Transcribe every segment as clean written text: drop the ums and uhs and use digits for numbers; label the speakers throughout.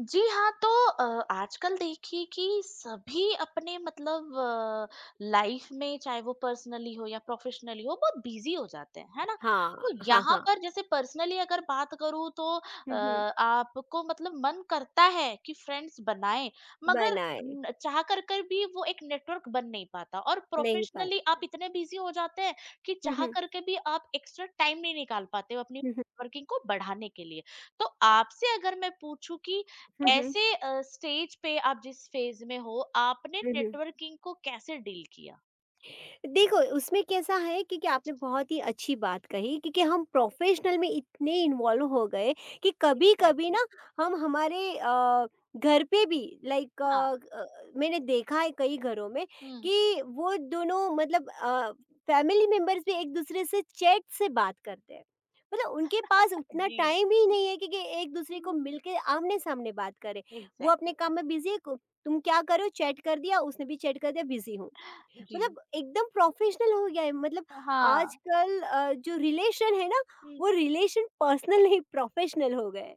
Speaker 1: जी हाँ, तो आजकल देखिए कि सभी अपने मतलब लाइफ में चाहे वो पर्सनली हो या प्रोफेशनली हो बहुत बिज़ी हो जाते हैं, है ना?
Speaker 2: हाँ,
Speaker 1: तो
Speaker 2: हाँ,
Speaker 1: यहाँ
Speaker 2: हाँ।
Speaker 1: पर जैसे पर्सनली अगर बात करूँ तो
Speaker 2: हुँ, हुँ,
Speaker 1: आपको मतलब मन करता है कि फ्रेंड्स बनाएँ मगर
Speaker 2: बनाए,
Speaker 1: न चाह कर कर भी वो एक नेटवर्क बन नहीं पाता और
Speaker 2: नहीं पाए।
Speaker 1: प्रोफेशनली आप इतने बिज़ी हो जाते हैं कि
Speaker 2: हुँ,
Speaker 1: चाह
Speaker 2: हुँ,
Speaker 1: कर के भी आप एक्स्ट्रा टाइम नहीं निकाल पाते हो अपनी
Speaker 2: हुँ, हुँ,
Speaker 1: वर्किंग को बढ़ाने के लिए। तो आपसे अगर मैं पूछूँ कि
Speaker 2: हुँ, हुँ,
Speaker 1: ऐसे स्टेज पे आप जिस फेज में हो, आपने
Speaker 2: हुँ, हुँ।
Speaker 1: नेटवर्किंग को कैसे डील किया?
Speaker 2: देखो, उसमें कैसा है कि, आपने बहुत ही अच्छी बात कही क्योंकि हम प्रोफ़ेशनल में इतने इन्वॉल्व हो गए कि कभी-कभी
Speaker 1: एग्जैक्टली।
Speaker 2: ना हम हमारे घर पे भी लाइक
Speaker 1: हाँ।
Speaker 2: अ, मैंने देखा है कई घरों में
Speaker 1: हुँ।
Speaker 2: कि वो दोनों मतलब फैमिली मेंबर्स भी एक-दूसरे से चैट से बात करते हैं। मतलब उनके पास उतना
Speaker 1: जी।
Speaker 2: टाइम ही नहीं है कि, एक-दूसरे को
Speaker 1: हुँ।
Speaker 2: मिलके आमने-सामने बात करें। वो अपने
Speaker 1: एग्जैक्टली।
Speaker 2: काम में बिज़ी है, को तुम क्या कर रहे हो? चैट कर दिया, उसने भी चैट कर दिया, बिज़ी हूँ।
Speaker 1: जी।
Speaker 2: मतलब एकदम प्रोफेशनल हो गया है मतलब
Speaker 1: हाँ।
Speaker 2: आजकल जो रिलेशन है ना,
Speaker 1: हुँ,
Speaker 2: वो रिलेशन पर्सनल नहीं प्रोफेशनल हो गए,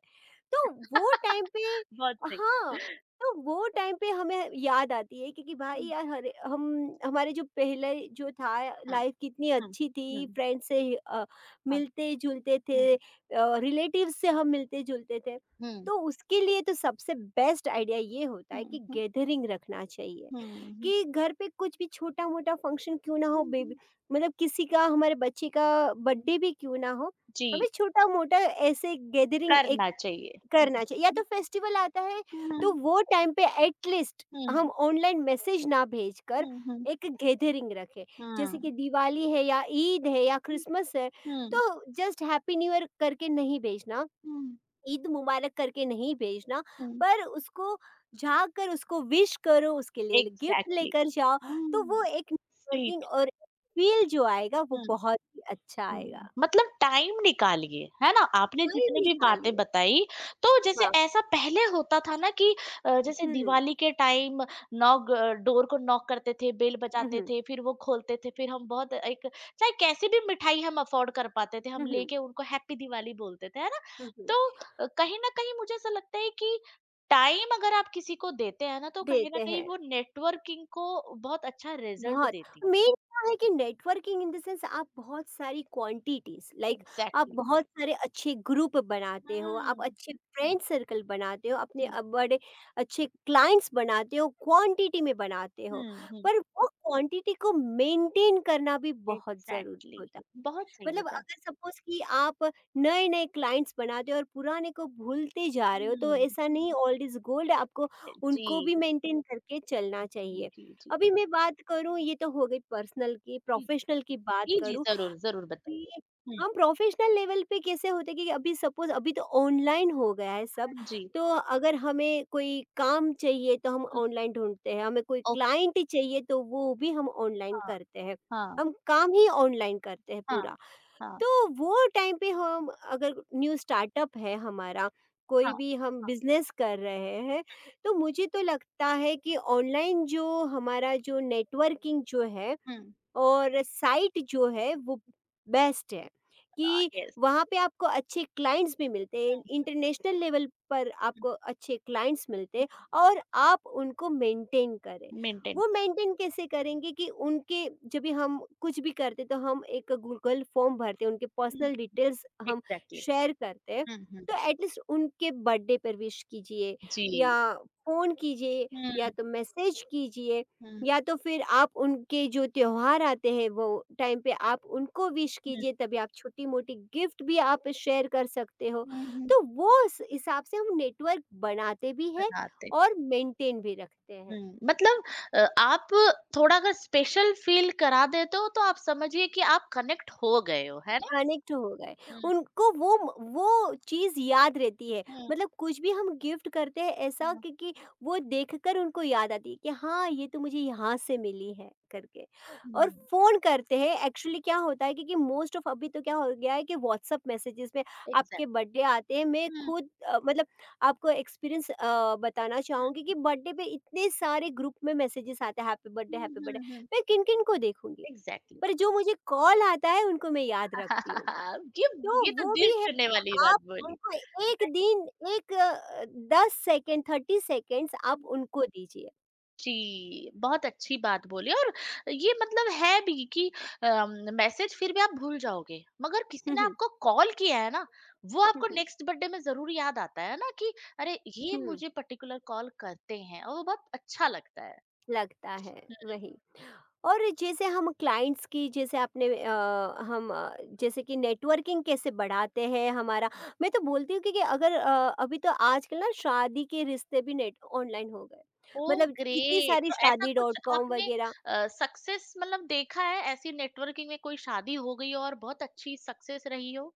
Speaker 2: तो वो टाइम पे
Speaker 1: बहुत सही।
Speaker 2: हाँ, तो वो टाइम पे हमें याद आती है क्योंकि भाई
Speaker 1: हुँ,
Speaker 2: यार हरे हम हमारे जो पहले जो था
Speaker 1: हाँ।
Speaker 2: लाइफ कितनी
Speaker 1: हुँ,
Speaker 2: अच्छी
Speaker 1: हुँ,
Speaker 2: थी, फ्रेंड्स से
Speaker 1: हाँ।
Speaker 2: मिलते-जुलते
Speaker 1: हुँ,
Speaker 2: थे,
Speaker 1: हुँ।
Speaker 2: रिलेटिव्स से हम मिलते-जुलते थे। तो उसके लिए तो सबसे बेस्ट आइडिया ये होता है कि
Speaker 1: हुँ, हुँ,
Speaker 2: गैदरिंग रखना चाहिए,
Speaker 1: हुँ, हुँ,
Speaker 2: कि घर पे कुछ भी छोटा-मोटा फंक्शन क्यों ना हो
Speaker 1: हुँ,
Speaker 2: बेबी, मतलब किसी का हमारे बच्चे का
Speaker 1: हुँ,
Speaker 2: बर्थडे भी क्यों ना हो, हमें
Speaker 1: जी,
Speaker 2: छोटा-मोटा ऐसे गैदरिंग एक
Speaker 1: करना चाहिए। हुँ, हुँ,
Speaker 2: करना चाहिए, या तो फेस्टिवल आता है
Speaker 1: हुँ,
Speaker 2: तो वो टाइम पे एटलीस्ट हम
Speaker 1: हुँ,
Speaker 2: ऑनलाइन मैसेज ना भेजकर
Speaker 1: हुँ, हुँ,
Speaker 2: एक गैदरिंग रखें, जैसे
Speaker 1: हाँ।
Speaker 2: कि दिवाली है या ईद है या
Speaker 1: हुँ,
Speaker 2: क्रिसमस है,
Speaker 1: हुँ,
Speaker 2: तो जस्ट हैप्पी न्यू ईयर करके नहीं भेजना,
Speaker 1: हुँ,
Speaker 2: ईद मुबारक करके नहीं भेजना,
Speaker 1: हुँ,
Speaker 2: पर उसको झाँक कर उसको विश करो, उसके लिए गिफ्ट
Speaker 1: एग्जैक्टली।
Speaker 2: लेकर जाओ, तो
Speaker 1: हुँ,
Speaker 2: वो एक नेटवर्किंग
Speaker 1: स्वीट।
Speaker 2: और फील जो आएगा वो
Speaker 1: हुँ,
Speaker 2: बहुत ही अच्छा
Speaker 1: हुँ।
Speaker 2: आएगा।
Speaker 1: मतलब टाइम निकालिए, है ना? आपने
Speaker 2: टाइम
Speaker 1: जितनी भी बातें
Speaker 2: निकालिए।
Speaker 1: बताई, तो जैसे
Speaker 2: हाँ।
Speaker 1: ऐसा पहले होता था ना कि जैसे
Speaker 2: हम्म।
Speaker 1: दिवाली के टाइम डोर को नॉक करते थे, बेल बजाते
Speaker 2: हम्म।
Speaker 1: थे, फिर वो खोलते थे, फिर हम बहुत एक चाहे कैसी भी मिठाई हम अफ़ोर्ड कर पाते थे, हम
Speaker 2: हम्म।
Speaker 1: लेके उनको हैप्पी दिवाली बोलते थे, है ना?
Speaker 2: हम्म। हम्म।
Speaker 1: तो कहीं न कहीं मुझे ऐसा लगता है कि टाइम अगर आप किसी को देते हैं ना, तो कहीं
Speaker 2: देते
Speaker 1: न कहीं
Speaker 2: हैं,
Speaker 1: वो नेटवर्किंग को बहुत अच्छा रिज़ल्ट
Speaker 2: बहुत
Speaker 1: देती है।
Speaker 2: मेन क्या है कि नेटवर्किंग इन द सेंस आप बहुत सारी क्वांटिटीज़ लाइक आप
Speaker 1: एग्ज़ैक्टली।
Speaker 2: बहुत सारे अच्छे ग्रुप बनाते हो, आप
Speaker 1: हुँ,
Speaker 2: अच्छे फ्रेंड सर्कल बनाते हो, अपने
Speaker 1: जी।
Speaker 2: बड़े अच्छे क्लाइंट्स बनाते हो, क्वांटिटी में बनाते हो,
Speaker 1: हुँ, हुँ।
Speaker 2: पर वो क्वांटिटी को मेंटेन करना भी बहुत ज़रूरी
Speaker 1: एग्ज़ैक्टली।
Speaker 2: होता है।
Speaker 1: बहुत सही
Speaker 2: मतलब
Speaker 1: बताया।
Speaker 2: अगर सपोज कि आप नए-नए क्लाइंट्स बनाते हो और पुराने को भूलते जा रहे हो, तो
Speaker 1: हुँ।
Speaker 2: ऐसा नहीं ओल्ड इज़ गोल्ड, आपको
Speaker 1: जी,
Speaker 2: उनको भी मेंटेन करके चलना
Speaker 1: जी,
Speaker 2: चाहिए।
Speaker 1: जी, जी।
Speaker 2: अभी मैं बात करूँ ये तो हो गई पर्सनल की,
Speaker 1: जी, जी।
Speaker 2: प्रोफ़ेशनल की बात
Speaker 1: जी, जी,
Speaker 2: करूँ
Speaker 1: ज़रूर, ज़रूर
Speaker 2: कि
Speaker 1: बताइए। हुँ,
Speaker 2: हम प्रोफ़ेशनल लेवल पे कैसे होते हैं कि अभी सपोज अभी तो ऑनलाइन हो गया है सब,
Speaker 1: हाँ जी।
Speaker 2: तो अगर हमें कोई काम चाहिए तो हम
Speaker 1: हुँ,
Speaker 2: ऑनलाइन ढूँढते हैं, हमें कोई
Speaker 1: ओके,
Speaker 2: क्लाइंट चाहिए तो वो भी हम ऑनलाइन
Speaker 1: हाँ,
Speaker 2: करते हैं।
Speaker 1: हाँ,
Speaker 2: हम काम ही ऑनलाइन करते हैं
Speaker 1: हाँ,
Speaker 2: पूरा।
Speaker 1: हाँ,
Speaker 2: तो वो टाइम पे हम अगर न्यू स्टार्टअप है हमारा,
Speaker 1: हाँ,
Speaker 2: कोई भी हम
Speaker 1: हाँ।
Speaker 2: बिज़नेस कर रहे हैं, तो मुझे तो लगता है कि ऑनलाइन जो हमारा जो नेटवर्किंग जो है
Speaker 1: हुँ,
Speaker 2: और साइट जो है वो बेस्ट है कि
Speaker 1: येस।
Speaker 2: वहाँ पे आपको अच्छे क्लाइंट्स भी मिलते हैं,
Speaker 1: हुँ,
Speaker 2: इंटरनेशनल लेवल पर
Speaker 1: हुँ,
Speaker 2: आपको अच्छे क्लाइंट्स मिलते हैं
Speaker 1: हुँ।
Speaker 2: और आप उनको मेंटेन करें।
Speaker 1: मेंटेन
Speaker 2: वो
Speaker 1: कर।
Speaker 2: मेंटेन कैसे करेंगे कि उनके जब भी हम कुछ भी करते तो हम एक गूगल फॉर्म भरते हैं, उनके
Speaker 1: हुँ,
Speaker 2: पर्सनल डिटेल्स हम
Speaker 1: एग्ज़ैक्टली।
Speaker 2: शेयर करते हैं,
Speaker 1: हुँ, हुँ,
Speaker 2: तो एटलीस्ट उनके बर्थडे पर विश कीजिए या
Speaker 1: जी।
Speaker 2: फ़ोन कीजिए
Speaker 1: हुँ,
Speaker 2: या तो मैसेज कीजिए,
Speaker 1: हुँ,
Speaker 2: या तो फिर आप उनके जो त्योहार आते हैं वो टाइम पे आप उनको विश
Speaker 1: हुँ।
Speaker 2: कीजिए, तभी आप छोटी-मोटी गिफ्ट भी आप शेयर कर सकते हो।
Speaker 1: हुँ, हुँ।
Speaker 2: तो वो स हिसाब से हम नेटवर्क बनाते भी हैं
Speaker 1: बनाते।
Speaker 2: और मेंटेन भी रखते हैं।
Speaker 1: हुँ, मतलब आप थोड़ा अगर स्पेशल फ़ील करा देते हो तो आप समझिए कि आप कनेक्ट हो गए हो, है ना?
Speaker 2: कनेक्ट हो गए,
Speaker 1: हुँ,
Speaker 2: उनको वो चीज़ याद रहती है,
Speaker 1: हुँ।
Speaker 2: मतलब कुछ भी हम गिफ्ट करते हैं ऐसा
Speaker 1: हाँ,
Speaker 2: क्योंकि वो देखकर उनको याद आती है कि हाँ ये तो मुझे यहाँ से मिली है करके। और
Speaker 1: हुँ।
Speaker 2: फ़ोन करते हैं, एक्चुअली क्या होता है क्योंकि मोस्ट ऑफ अभी तो क्या हो गया है कि व्हाट्सअप मैसेजेस में आपके
Speaker 1: एग्ज़ैक्ट।
Speaker 2: बर्थडे आते हैं, मैं
Speaker 1: हुँ,
Speaker 2: खुद मतलब आपको एक्सपीरियंस बताना चाहूँगी कि बर्थडे पे इतने सारे ग्रुप में मैसेजेस आते हैं हैप्पी बर्थडे
Speaker 1: हुँ,
Speaker 2: हैप्पी बर्थडे,
Speaker 1: हुँ, हुँ।
Speaker 2: मैं किन किन को देखूंगी,
Speaker 1: एग्ज़ैक्टली।
Speaker 2: पर जो मुझे कॉल आता है उनको मैं याद रखती हूँ।
Speaker 1: ये
Speaker 2: तो
Speaker 1: ये तो
Speaker 2: वो भी
Speaker 1: दिल
Speaker 2: है।
Speaker 1: छूने वाली बात
Speaker 2: आप
Speaker 1: बोली।
Speaker 2: उनको 1 दिन 1 10 सेकंड 30 सेकंड्स आप उनको दीजिए।
Speaker 1: जी, बहुत अच्छी बात बोली और ये मतलब है भी कि मैसेज फिर भी आप भूल जाओगे, मगर किसी
Speaker 2: हुँ,
Speaker 1: ने
Speaker 2: हुँ,
Speaker 1: आपको कॉल किया है ना, वो
Speaker 2: हुँ,
Speaker 1: आपको
Speaker 2: हुँ,
Speaker 1: नेक्स्ट बर्थडे में ज़रूर याद आता है ना कि अरे! ये
Speaker 2: हुँ,
Speaker 1: मुझे पर्टिकुलर कॉल करते हैं और वो बहुत अच्छा लगता है।
Speaker 2: लगता है,
Speaker 1: हुँ।
Speaker 2: वही। और जैसे हम क्लाइंट्स की जैसे आपने जैसे कि नेटवर्किंग कैसे बढ़ाते हैं हमारा, मैं तो बोलती हूँ कि, अगर अभी तो आजकल ना शादी के रिश्ते भी नेट ऑनलाइन हो गए।
Speaker 1: ओह
Speaker 2: मतलब कितनी
Speaker 1: ग्रेट!
Speaker 2: सारी
Speaker 1: तो ऐसा
Speaker 2: शादी
Speaker 1: कुछ
Speaker 2: डॉट कॉम
Speaker 1: आपने
Speaker 2: वगैरह।
Speaker 1: सक्सेस मतलब देखा है ऐसी नेटवर्किंग में कोई शादी हो गई हो और बहुत अच्छी सक्सेस रही हो?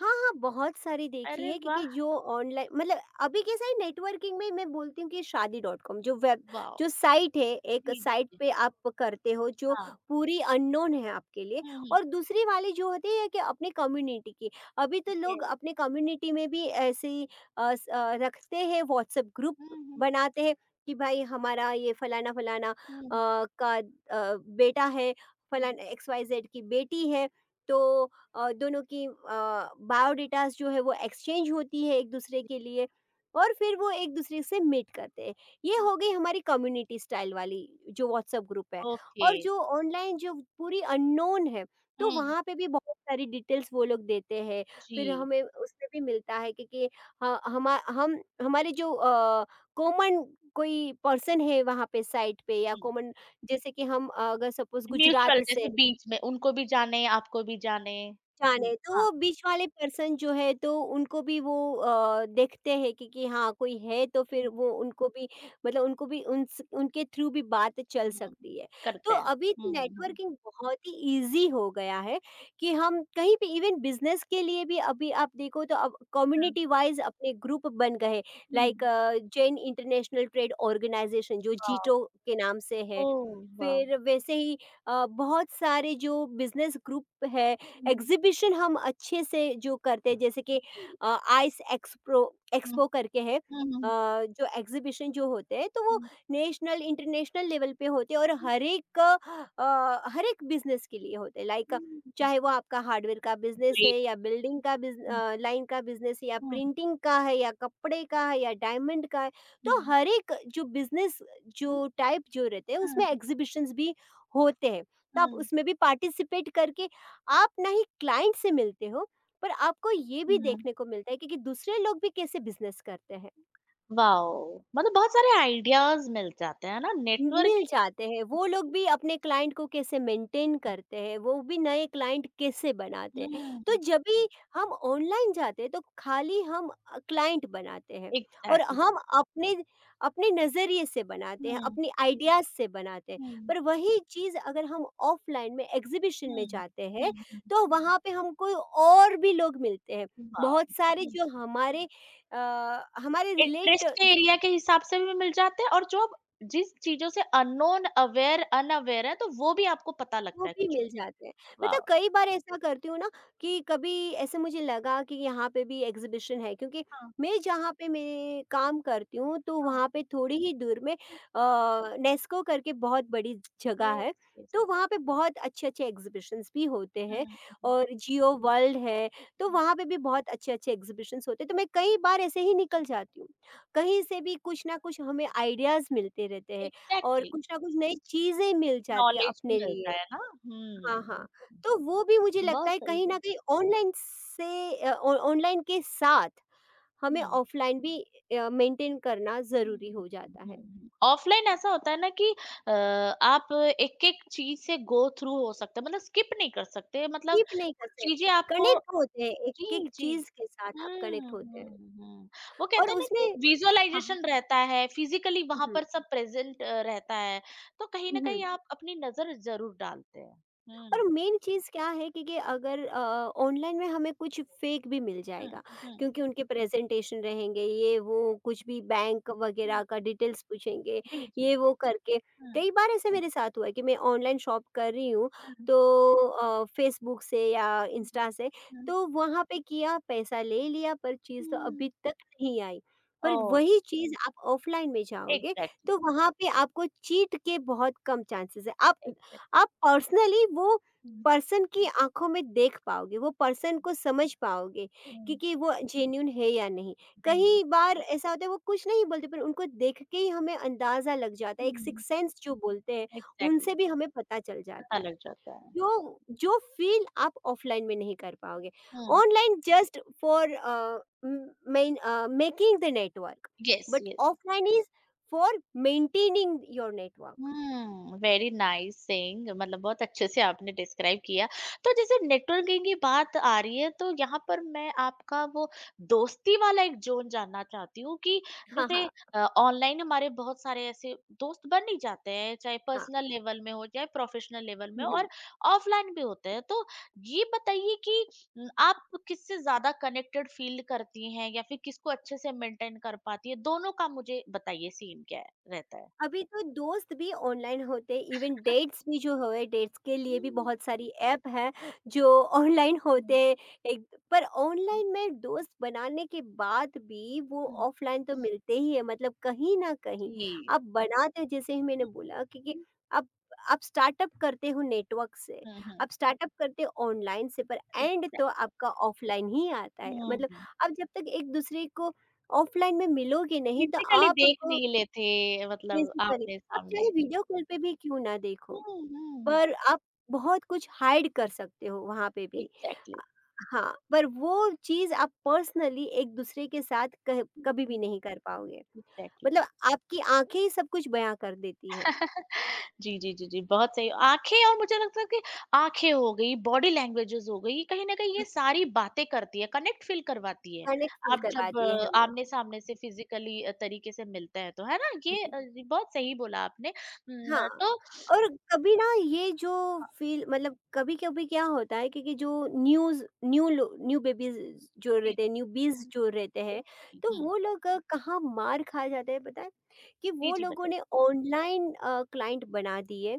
Speaker 2: हाँ, हाँ, बहुत सारी देखी
Speaker 1: अरे
Speaker 2: है क्योंकि
Speaker 1: वाह!
Speaker 2: जो ऑनलाइन मतलब अभी कैसा है नेटवर्किंग में, मैं बोलती हूँ कि शादी डॉट कॉम जो वेब
Speaker 1: वाओ!
Speaker 2: जो साइट है, एक
Speaker 1: जी,
Speaker 2: साइट
Speaker 1: जी,
Speaker 2: पे आप करते हो जो
Speaker 1: हाँ।
Speaker 2: पूरी अननोन है आपके लिए,
Speaker 1: हुँ, हुँ।
Speaker 2: और दूसरी वाली जो होती है कि अपने कम्युनिटी की। अभी तो लोग
Speaker 1: यस।
Speaker 2: अपने कम्युनिटी में भी ऐसे ही रखते हैं, व्हाट्सएप ग्रुप
Speaker 1: हुँ, हुँ,
Speaker 2: बनाते हैं कि भाई हमारा ये फलाना-फलाना
Speaker 1: हुँ,
Speaker 2: का बेटा है,
Speaker 1: हुँ,
Speaker 2: फलाना एक्स वाई ज़ेड की बेटी है, तो दोनों की बायोडेटास जो है वो एक्सचेंज होती है एक दूसरे
Speaker 1: जी,
Speaker 2: के लिए और फिर वो एक दूसरे से मीट करते हैं। ये
Speaker 1: हुँ।
Speaker 2: हो गई हमारी कम्युनिटी स्टाइल वाली जो व्हाट्सएप ग्रुप है,
Speaker 1: ओके।
Speaker 2: और जो ऑनलाइन जो पूरी अननोन है, तो
Speaker 1: हुँ,
Speaker 2: वहाँ पे भी बहुत सारी डिटेल्स वो लोग देते हैं। फिर
Speaker 1: जी,
Speaker 2: हमें उसमें भी मिलता है कि, हमारे जो कॉमन कोई पर्सन है वहाँ पे साइट पे या
Speaker 1: हुँ।
Speaker 2: कॉमन, जैसे कि हम अगर सपोज
Speaker 1: म्यूचुअल
Speaker 2: गुजरात से
Speaker 1: जैसे बीच में उनको भी जाने, आपको भी जाने। जी,
Speaker 2: जाने, तो
Speaker 1: हाँ।
Speaker 2: वो बीच वाले पर्सन जो है तो उनको भी वो देखते हैं कि, हाँ कोई है, तो फिर
Speaker 1: हुँ,
Speaker 2: वो उनको भी मतलब उनको भी उनस उनके थ्रू भी बात चल
Speaker 1: हुँ,
Speaker 2: सकती है। तो
Speaker 1: करते हैं।
Speaker 2: अभी तो
Speaker 1: हुँ, हुँ,
Speaker 2: नेटवर्किंग बहुत ही ईज़ी हो गया है कि हम कहीं पे इवन बिज़नेस के लिए भी अभी आप देखो तो अब
Speaker 1: हुँ,
Speaker 2: कम्युनिटी वाइज़ अपने ग्रुप बन गए,
Speaker 1: हुँ।
Speaker 2: Like Jain international trade organization जो
Speaker 1: वाओ!
Speaker 2: जीटो के नाम से है।
Speaker 1: Oh wow!
Speaker 2: फिर वैसे ही बहुत सारे जो बिज़नेस ग्रुप है,
Speaker 1: हुँ,
Speaker 2: एग्ज़िबिशन हम अच्छे से जो करते हैं जैसे कि
Speaker 1: जी।
Speaker 2: आइस एक्सप्रो
Speaker 1: हुँ,
Speaker 2: एक्सपो करके है
Speaker 1: हुँ, हुँ।
Speaker 2: जो एग्ज़िबिशन जो होते हैं तो वो
Speaker 1: Mhm.
Speaker 2: नेशनल, इंटरनेशनल लेवल पे होते हैं और हर एक हर एक बिज़नेस के लिए होते हैं। लाइक चाहे वो आपका हार्डवेयर का बिज़नेस है
Speaker 1: Great.
Speaker 2: या बिल्डिंग का
Speaker 1: हुँ,
Speaker 2: लाइन का बिज़नेस है या
Speaker 1: हुँ,
Speaker 2: प्रिंटिंग का है या कपड़े का है या डायमंड का है।
Speaker 1: हुँ,
Speaker 2: तो हर एक जो बिज़नेस जो टाइप जो रहते हैं उसमें
Speaker 1: हुँ,
Speaker 2: एग्जीबिशंस भी होते हैं, तो आप
Speaker 1: हुँ,
Speaker 2: उसमें भी पार्टिसिपेट करके आप ना ही क्लाइंट से मिलते हो, पर आपको ये भी
Speaker 1: हुँ।
Speaker 2: देखने को मिलता है कि, दूसरे लोग भी कैसे बिजनेस करते हैं,
Speaker 1: वाओ! मतलब बहुत सारे आइडियाज़ मिल जाते हैं ना
Speaker 2: मिल
Speaker 1: नेटवर्किंग।
Speaker 2: जाते हैं, वो लोग भी अपने क्लाइंट को कैसे मेंटेन करते हैं, वो भी नए क्लाइंट कैसे बनाते हैं।
Speaker 1: हुँ,
Speaker 2: तो जब भी हम ऑनलाइन जाते हैं तो खाली हम क्लाइंट बनाते हैं और
Speaker 1: एग्ज़ैक्टली।
Speaker 2: हम अपने अपने नज़रिए से बनाते हैं,
Speaker 1: हुँ,
Speaker 2: अपने आइडियाज़ से बनाते हैं।
Speaker 1: हुँ,
Speaker 2: पर वही चीज़ अगर हम ऑफलाइन में एग्ज़िबिशन में
Speaker 1: हुँ,
Speaker 2: जाते हैं,
Speaker 1: हुँ, हुँ।
Speaker 2: तो वहाँ पे हमको और भी लोग मिलते हैं।
Speaker 1: वाओ!
Speaker 2: बहुत सारे
Speaker 1: हुँ,
Speaker 2: जो हमारे अ, हमारे
Speaker 1: इंटरेस्ट
Speaker 2: रिलेट
Speaker 1: के एरिया के हिसाब से भी मिल जाते हैं और जो आप जिस चीज़ों से अननोन, अवेयर, अनअवेयर हैं तो वो भी आपको पता
Speaker 2: वो
Speaker 1: लगता है
Speaker 2: भी मिल
Speaker 1: कुछ-कुछ।
Speaker 2: जाते हैं। मैं तो
Speaker 1: वाओ!
Speaker 2: कई बार ऐसा करती हूँ ना कि कभी ऐसे मुझे लगा कि यहाँ पे भी एग्ज़िबिशन है क्योंकि
Speaker 1: हाँ,
Speaker 2: मैं जहाँ पे मैं काम करती हूँ तो
Speaker 1: हाँ,
Speaker 2: वहाँ पे थोड़ी ही दूर में
Speaker 1: हाँ।
Speaker 2: नेस्को करके बहुत बड़ी जगह है।
Speaker 1: Yes, yes.
Speaker 2: तो वहाँ पे बहुत अच्छे-अच्छे एग्ज़िबिशन्स भी होते हैं
Speaker 1: हुँ, हुँ,
Speaker 2: और जियो वर्ल्ड है, तो
Speaker 1: हुँ।
Speaker 2: वहाँ पे भी बहुत अच्छे-अच्छे एग्ज़िबिशन्स होते हैं। तो मैं कई बार ऐसे ही निकल जाती हूँ। कहीं से भी कुछ ना कुछ हमें आइडियाज़ मिलते रहते हैं और
Speaker 1: एग्ज़ैक्टली।
Speaker 2: कुछ ना कुछ नई चीज़ें मिल जाती है
Speaker 1: नॉलेज
Speaker 2: अपने
Speaker 1: भी मिलता
Speaker 2: लिए।
Speaker 1: है ना?
Speaker 2: हाँ, हाँ।
Speaker 1: हुँ,
Speaker 2: तो वो भी मुझे लगता
Speaker 1: बहुत
Speaker 2: है
Speaker 1: सही
Speaker 2: कहीं
Speaker 1: ब।
Speaker 2: न कहीं ऑनलाइन से अ, ऑ ऑनलाइन के साथ हमें
Speaker 1: हुँ,
Speaker 2: ऑफ़लाइन भी मेंटेन करना
Speaker 1: हुँ,
Speaker 2: ज़रूरी हो जाता है।
Speaker 1: हुँ, हुँ। ऑफ़लाइन ऐसा होता है ना कि आप एक-एक चीज़ से गो थ्रू हो सकते हैं मतलब स्किप नहीं कर सकते मतलब
Speaker 2: कीप नहीं
Speaker 1: कुछ
Speaker 2: करते,
Speaker 1: चीज़ें आपको।
Speaker 2: कनेक्ट होते हैं, एक-एक
Speaker 1: जी, जी।
Speaker 2: चीज़ के साथ आप कनेक्ट
Speaker 1: हुँ,
Speaker 2: होते हैं,
Speaker 1: हुँ, हुँ। वो
Speaker 2: और
Speaker 1: कहते हैं ना कि
Speaker 2: उसमें हाँ, हाँ।
Speaker 1: विज़ुअलाइज़ेशन रहता है, फिज़िकली
Speaker 2: हुँ,
Speaker 1: वहाँ
Speaker 2: हुँ।
Speaker 1: पर सब प्रेज़ेंट रहता है, तो कहीं
Speaker 2: हुँ,
Speaker 1: न
Speaker 2: हुँ।
Speaker 1: कहीं आप अपनी नज़र ज़रूर डालते हैं।
Speaker 2: और
Speaker 1: हुँ,
Speaker 2: मेन चीज़ क्या है कि, अगर ऑनलाइन में हमें कुछ फेक भी मिल
Speaker 1: हुँ,
Speaker 2: जाएगा क्योंकि उनके प्रेजेंटेशन रहेंगे ये वो, कुछ भी
Speaker 1: जी,
Speaker 2: बैंक वगैरह
Speaker 1: हुँ,
Speaker 2: का डिटेल्स पूछेंगे,
Speaker 1: जी, जी।
Speaker 2: ये वो करके
Speaker 1: हुँ,
Speaker 2: कई बार ऐसे मेरे साथ हुआ है कि मैं ऑनलाइन शॉप कर रही हूँ
Speaker 1: हुँ,
Speaker 2: तो फेसबुक से या
Speaker 1: हुँ,
Speaker 2: इंस्टा से,
Speaker 1: हुँ।
Speaker 2: तो वहाँ पे किया पैसा ले लिया पर चीज़ तो
Speaker 1: हुँ।
Speaker 2: अभी तक नहीं आई। पर
Speaker 1: ओह!
Speaker 2: वही चीज़ आप ऑफलाइन में जाओगे
Speaker 1: एग्ज़ैक्टली,
Speaker 2: तो वहाँ पे आपको चीट के बहुत कम चांसेस है,
Speaker 1: एग्ज़ैक्टली।
Speaker 2: आप पर्सनली वो
Speaker 1: हुँ,
Speaker 2: पर्सन की आँखों में देख पाओगे, वो पर्सन को समझ पाओगे कि,
Speaker 1: हुँ।
Speaker 2: वो जेन्युइन है या नहीं।
Speaker 1: नहीं,
Speaker 2: कई बार ऐसा होता है वो कुछ नहीं बोलते पर उनको देख के ही हमें अंदाज़ा लग जाता है, एक
Speaker 1: हुँ,
Speaker 2: सिक्स्थ सेंस जो बोलते हैं,
Speaker 1: एग्ज़ैक्टली,
Speaker 2: उनसे भी हमें पता चल जाता
Speaker 1: पता
Speaker 2: है।
Speaker 1: लग जाता है।
Speaker 2: जो जो फ़ील आप ऑफ़लाइन में नहीं कर पाओगे।
Speaker 1: हुँ,
Speaker 2: online just for making the network,
Speaker 1: yes,
Speaker 2: but
Speaker 1: yes.
Speaker 2: Offline is for maintaining your network.
Speaker 1: Very nice saying मतलब बहुत अच्छे से आपने डिस्क्राइब किया। तो जैसे नेटवर्किंग की बात आ रही है तो यहाँ पर मैं आपका वो दोस्ती वाला एक जोन जानना चाहती हूँ कि
Speaker 2: हाँ,
Speaker 1: जैसे
Speaker 2: हाँ,
Speaker 1: ऑनलाइन हमारे बहुत सारे ऐसे दोस्त बन ही जाते हैं चाहे
Speaker 2: हाँ।
Speaker 1: पर्सनल लेवल में हो चाहे प्रोफेशनल लेवल
Speaker 2: हुँ,
Speaker 1: में
Speaker 2: हुँ।
Speaker 1: और ऑफलाइन भी होते हैं तो ये बताइए कि न, आप किससे ज्यादा कनेक्टेड फील करती हैं या फिर किसको अच्छे से मेंटेन कर पाती है दोनों का मुझे बताइए सीन क्या है- रहता है।
Speaker 2: अभी तो दोस्त भी ऑनलाइन होते हैं, इवन डेट्स भी जो है डेट्स के लिए भी
Speaker 1: हम्म।
Speaker 2: बहुत सारी ऐप है जो ऑनलाइन
Speaker 1: हुँ,
Speaker 2: होते हैं। एक पर
Speaker 1: हुँ,
Speaker 2: ऑनलाइन में दोस्त बनाने के बाद भी वो
Speaker 1: हुँ,
Speaker 2: ऑफलाइन तो मिलते ही है, मतलब कहीं ना कहीं
Speaker 1: जी।
Speaker 2: आप बनाते हो जैसे ही मैंने
Speaker 1: हुँ,
Speaker 2: बोला। क्योंकि
Speaker 1: हुँ,
Speaker 2: आप आप स्टार्टअप करते हो नेटवर्क से,
Speaker 1: हुँ, हुँ।
Speaker 2: आप स्टार्टअप करते हो ऑनलाइन से, पर एंड तो
Speaker 1: एग्ज़ैक्ट।
Speaker 2: आपका ऑफलाइन ही आता है। मतलब
Speaker 1: हुँ,
Speaker 2: आप जब तक एक दूसरे को ऑफलाइन में मिलोगे नहीं, तो
Speaker 1: फिज़िकली
Speaker 2: आप
Speaker 1: देख नहीं लेते मतलब
Speaker 2: बेसिकली आप चाहे
Speaker 1: आमने-सामने।
Speaker 2: वीडियो कॉल पे भी क्यों ना देखो,
Speaker 1: हुँ, हुँ।
Speaker 2: पर आप बहुत कुछ हाइड कर सकते हो वहाँ पे भी।
Speaker 1: एग्ज़ैक्टली।
Speaker 2: अ, हाँ, पर वो चीज़ आप पर्सनली एक-दूसरे के साथ कह
Speaker 1: हुँ,
Speaker 2: कभी भी
Speaker 1: हुँ,
Speaker 2: नहीं कर पाओगे।
Speaker 1: एग्ज़ैक्टली।
Speaker 2: मतलब आपकी आँखें ही सब कुछ बयाँ कर देती है।
Speaker 1: जी, जी, जी, जी, बहुत सही। आँखें और मुझे लगता है कि आँखें हो गई, बॉडी लैंग्वेजेज़ हो गई, कहीं न कहीं ये
Speaker 2: हुँ।
Speaker 1: सारी बातें करती है, कनेक्ट फ़ील करवाती है।
Speaker 2: कनेक्ट फ़ील
Speaker 1: आप जब
Speaker 2: करवाती है हमें।
Speaker 1: आमने-सामने से फिज़िकली तरीके से मिलते हैं तो, है ना? जी बहुत सही बोला आपने।
Speaker 2: हाँ,
Speaker 1: तो
Speaker 2: और कभी ना ये जो
Speaker 1: हाँ,
Speaker 2: फ़ील मतलब कभी-कभी क्या होता है, क्योंकि जो न्यूज़ न्यू लो न्यू बेबीज़ जो
Speaker 1: जी,
Speaker 2: रहते हैं,
Speaker 1: जी।
Speaker 2: न्यूबीज़ जो रहते हैं,
Speaker 1: एग्ज़ैक्टली,
Speaker 2: तो
Speaker 1: हुँ।
Speaker 2: वो लोग कहाँ मार खा जाते हैं पता है? कि
Speaker 1: जी,
Speaker 2: वो
Speaker 1: जी,
Speaker 2: लोगों
Speaker 1: बताइए।
Speaker 2: ने ऑनलाइन क्लाइंट बना दिए,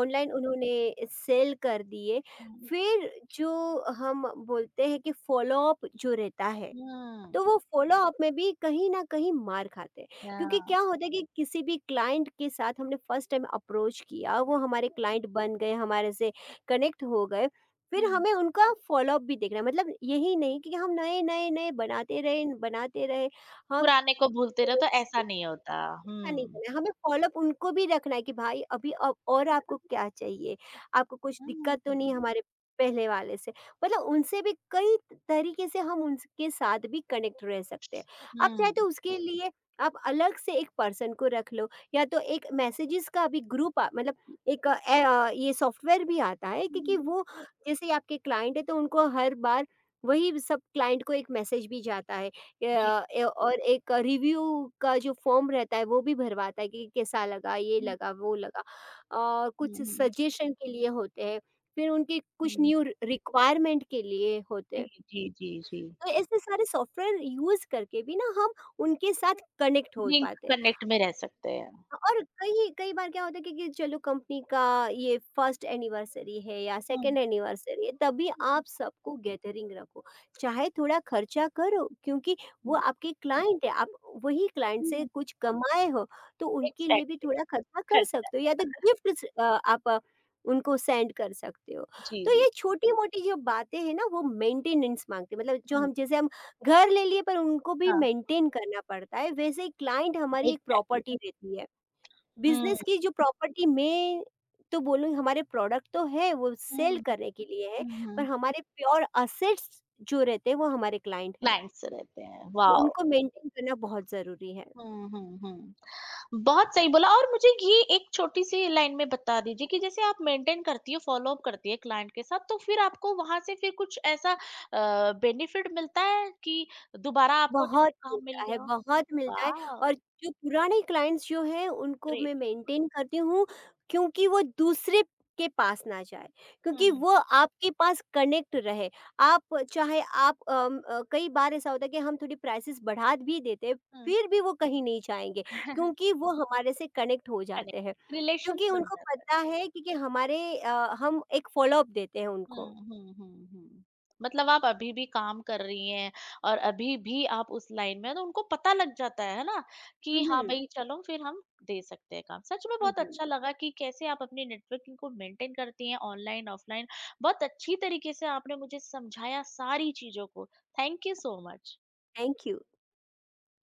Speaker 2: ऑनलाइन उन्होंने सेल कर दिए,
Speaker 1: हुँ।
Speaker 2: फिर जो हम बोलते हैं कि फ़ॉलो अप जो रहता है,
Speaker 1: हुँ,
Speaker 2: तो वो फॉलो-अप में भी कहीं न कहीं मार खाते हैं। क्योंकि
Speaker 1: या
Speaker 2: क्या होता है कि किसी भी क्लाइंट के साथ हमने फर्स्ट टाइम अप्रोच किया,
Speaker 1: अ,
Speaker 2: वो हमारे क्लाइंट बन गए, हमारे से कनेक्ट हो गए, फिर
Speaker 1: हुँ।
Speaker 2: हमें उनका फॉलो-अप भी देखना है। मतलब यही नहीं कि हम नए-नए-नए बनाते रहे, हम
Speaker 1: पुराने को भूलते रहो तो ऐसा नहीं होता।
Speaker 2: ऐसा नहीं
Speaker 1: हुँ।
Speaker 2: करना है। हमें फ़ॉलो-अप उनको भी रखना है कि भाई अभी अब और आपको क्या चाहिए? आपको कुछ
Speaker 1: हुँ,
Speaker 2: दिक्कत तो नहीं
Speaker 1: हुँ।
Speaker 2: हमारे पहले वाले से? मतलब उनसे भी कई तरीके से हम उनके साथ भी कनेक्ट रह सकते हैं। आप चाहे
Speaker 1: हुँ।
Speaker 2: तो उसके लिए आप अलग से एक पर्सन को रख लो, या तो एक मैसेजेस का भी ग्रुप मतलब एक अ, ए अ, ये सॉफ्टवेयर भी आता है। क्योंकि
Speaker 1: हुँ।
Speaker 2: वो जैसे ही आपके क्लाइंट हैं, तो उनको हर बार वही सब क्लाइंट को एक मैसेज भी जाता है,
Speaker 1: जी।
Speaker 2: या ए और एक रिव्यू का जो फॉर्म रहता है वो भी भरवाता है कि कैसा लगा, ये
Speaker 1: हुँ,
Speaker 2: लगा, वो लगा। कुछ
Speaker 1: हुँ, हुँ,
Speaker 2: सजेशन के लिए होते हैं, फिर उनकी कुछ
Speaker 1: हुँ।
Speaker 2: न्यू रि रिक्वायरमेंट के लिए होते
Speaker 1: जी,
Speaker 2: हैं।
Speaker 1: जी, जी, जी।
Speaker 2: तो ऐसे सारे सॉफ्टवेयर यूज़ करके भी ना हम उनके साथ कनेक्ट हो
Speaker 1: लिंक
Speaker 2: पाते हैं।
Speaker 1: कनेक्ट में रह सकते हैं।
Speaker 2: हाँ, और कई कई बार क्या होता है कि, चलो कंपनी का ये फर्स्ट एनिवर्सरी है या
Speaker 1: हुँ।
Speaker 2: सेकंड एनिवर्सरी है, तभी
Speaker 1: हुँ,
Speaker 2: आप सबको गैदरिंग रखो, चाहे थोड़ा खर्चा करो। क्योंकि वो
Speaker 1: हुँ,
Speaker 2: आपके क्लाइंट है, आप वही क्लाइंट से
Speaker 1: हुँ।
Speaker 2: कुछ कमाए हो, तो उनके लिए भी
Speaker 1: एग्ज़ैक्टली,
Speaker 2: थोड़ा खर्चा कर
Speaker 1: खर्चा।
Speaker 2: सकते हो, या तो गिफ्ट आप उनको सेंड कर सकते हो।
Speaker 1: जी,
Speaker 2: तो
Speaker 1: जी।
Speaker 2: ये छोटी मोटी जो बातें हैं ना, वो मेंटेनेंस मांगती है। मतलब जो
Speaker 1: हुँ,
Speaker 2: हम, जैसे हम घर ले लिए पर उनको भी
Speaker 1: हाँ।
Speaker 2: मेंटेन करना पड़ता है, वैसे ही क्लाइंट हमारी एक
Speaker 1: एग्ज़ैक्टली।
Speaker 2: प्रॉपर्टी रहती है,
Speaker 1: हुँ।
Speaker 2: बिज़नेस की जो प्रॉपर्टी में। तो बोलूँगी हमारे प्रोडक्ट तो है वो
Speaker 1: हुँ,
Speaker 2: सेल करने के लिए है,
Speaker 1: हुँ,
Speaker 2: पर
Speaker 1: हुँ।
Speaker 2: हमारे प्योर असेट्स जो रहते हैं वो हमारे क्लाइंट हैं।
Speaker 1: क्लाइंट्स रहते हैं।
Speaker 2: तो
Speaker 1: वॉव!
Speaker 2: उनको मेंटेन करना बहुत ज़रूरी है।
Speaker 1: हुँ, हुँ, हुँ। बहुत सही बोला और मुझे ये एक छोटी सी लाइन में बता दीजिए कि जैसे आप मेंटेन करती है फॉलो अप करती है क्लाइंट के साथ तो फिर आपको वहां से फिर कुछ ऐसा बेनिफिट मिलता है कि दोबारा आपको
Speaker 2: बहुत
Speaker 1: जैसे काम
Speaker 2: मिलता
Speaker 1: मिल
Speaker 2: है,
Speaker 1: गया।
Speaker 2: बहुत मिलता है।
Speaker 1: वाह।
Speaker 2: और जो पुराने क्लाइंट्स जो हैं उनको
Speaker 1: ग्रेट।
Speaker 2: मैं मेंटेन करती हूँ, क्योंकि वो दूसरे के पास ना जाए, क्योंकि
Speaker 1: हम्म।
Speaker 2: वो आपके पास कनेक्ट रहे। आप कई बार ऐसा होता है कि हम थोड़ी प्राइसेस बढ़ा भी देते हैं,
Speaker 1: हम्म।
Speaker 2: फिर भी वो कहीं नहीं जाएँगे क्योंकि वो हमारे से कनेक्ट हो जाते हैं।
Speaker 1: कनेक्ट रिलेशन
Speaker 2: क्योंकि
Speaker 1: बन
Speaker 2: उनको
Speaker 1: जाता है।
Speaker 2: पता है कि हमारे हम एक फ़ॉलो अप देते हैं उनको।
Speaker 1: हुँ, हुँ, हुँ, हुँ। मतलब आप अभी भी काम कर रही हैं और अभी भी आप उस लाइन में हैं, तो उनको पता लग जाता है ना?
Speaker 2: हुँ,
Speaker 1: कि हाँ
Speaker 2: हुँ।
Speaker 1: भई, चलो फिर हम दे सकते हैं काम। सच में
Speaker 2: हुँ,
Speaker 1: बहुत
Speaker 2: हुँ।
Speaker 1: अच्छा लगा कि कैसे आप अपनी नेटवर्किंग को मेंटेन करती हैं ऑनलाइन, ऑफलाइन। बहुत अच्छी तरीके से आपने मुझे समझाया सारी चीज़ों को। Thank you so much.
Speaker 2: Thank you.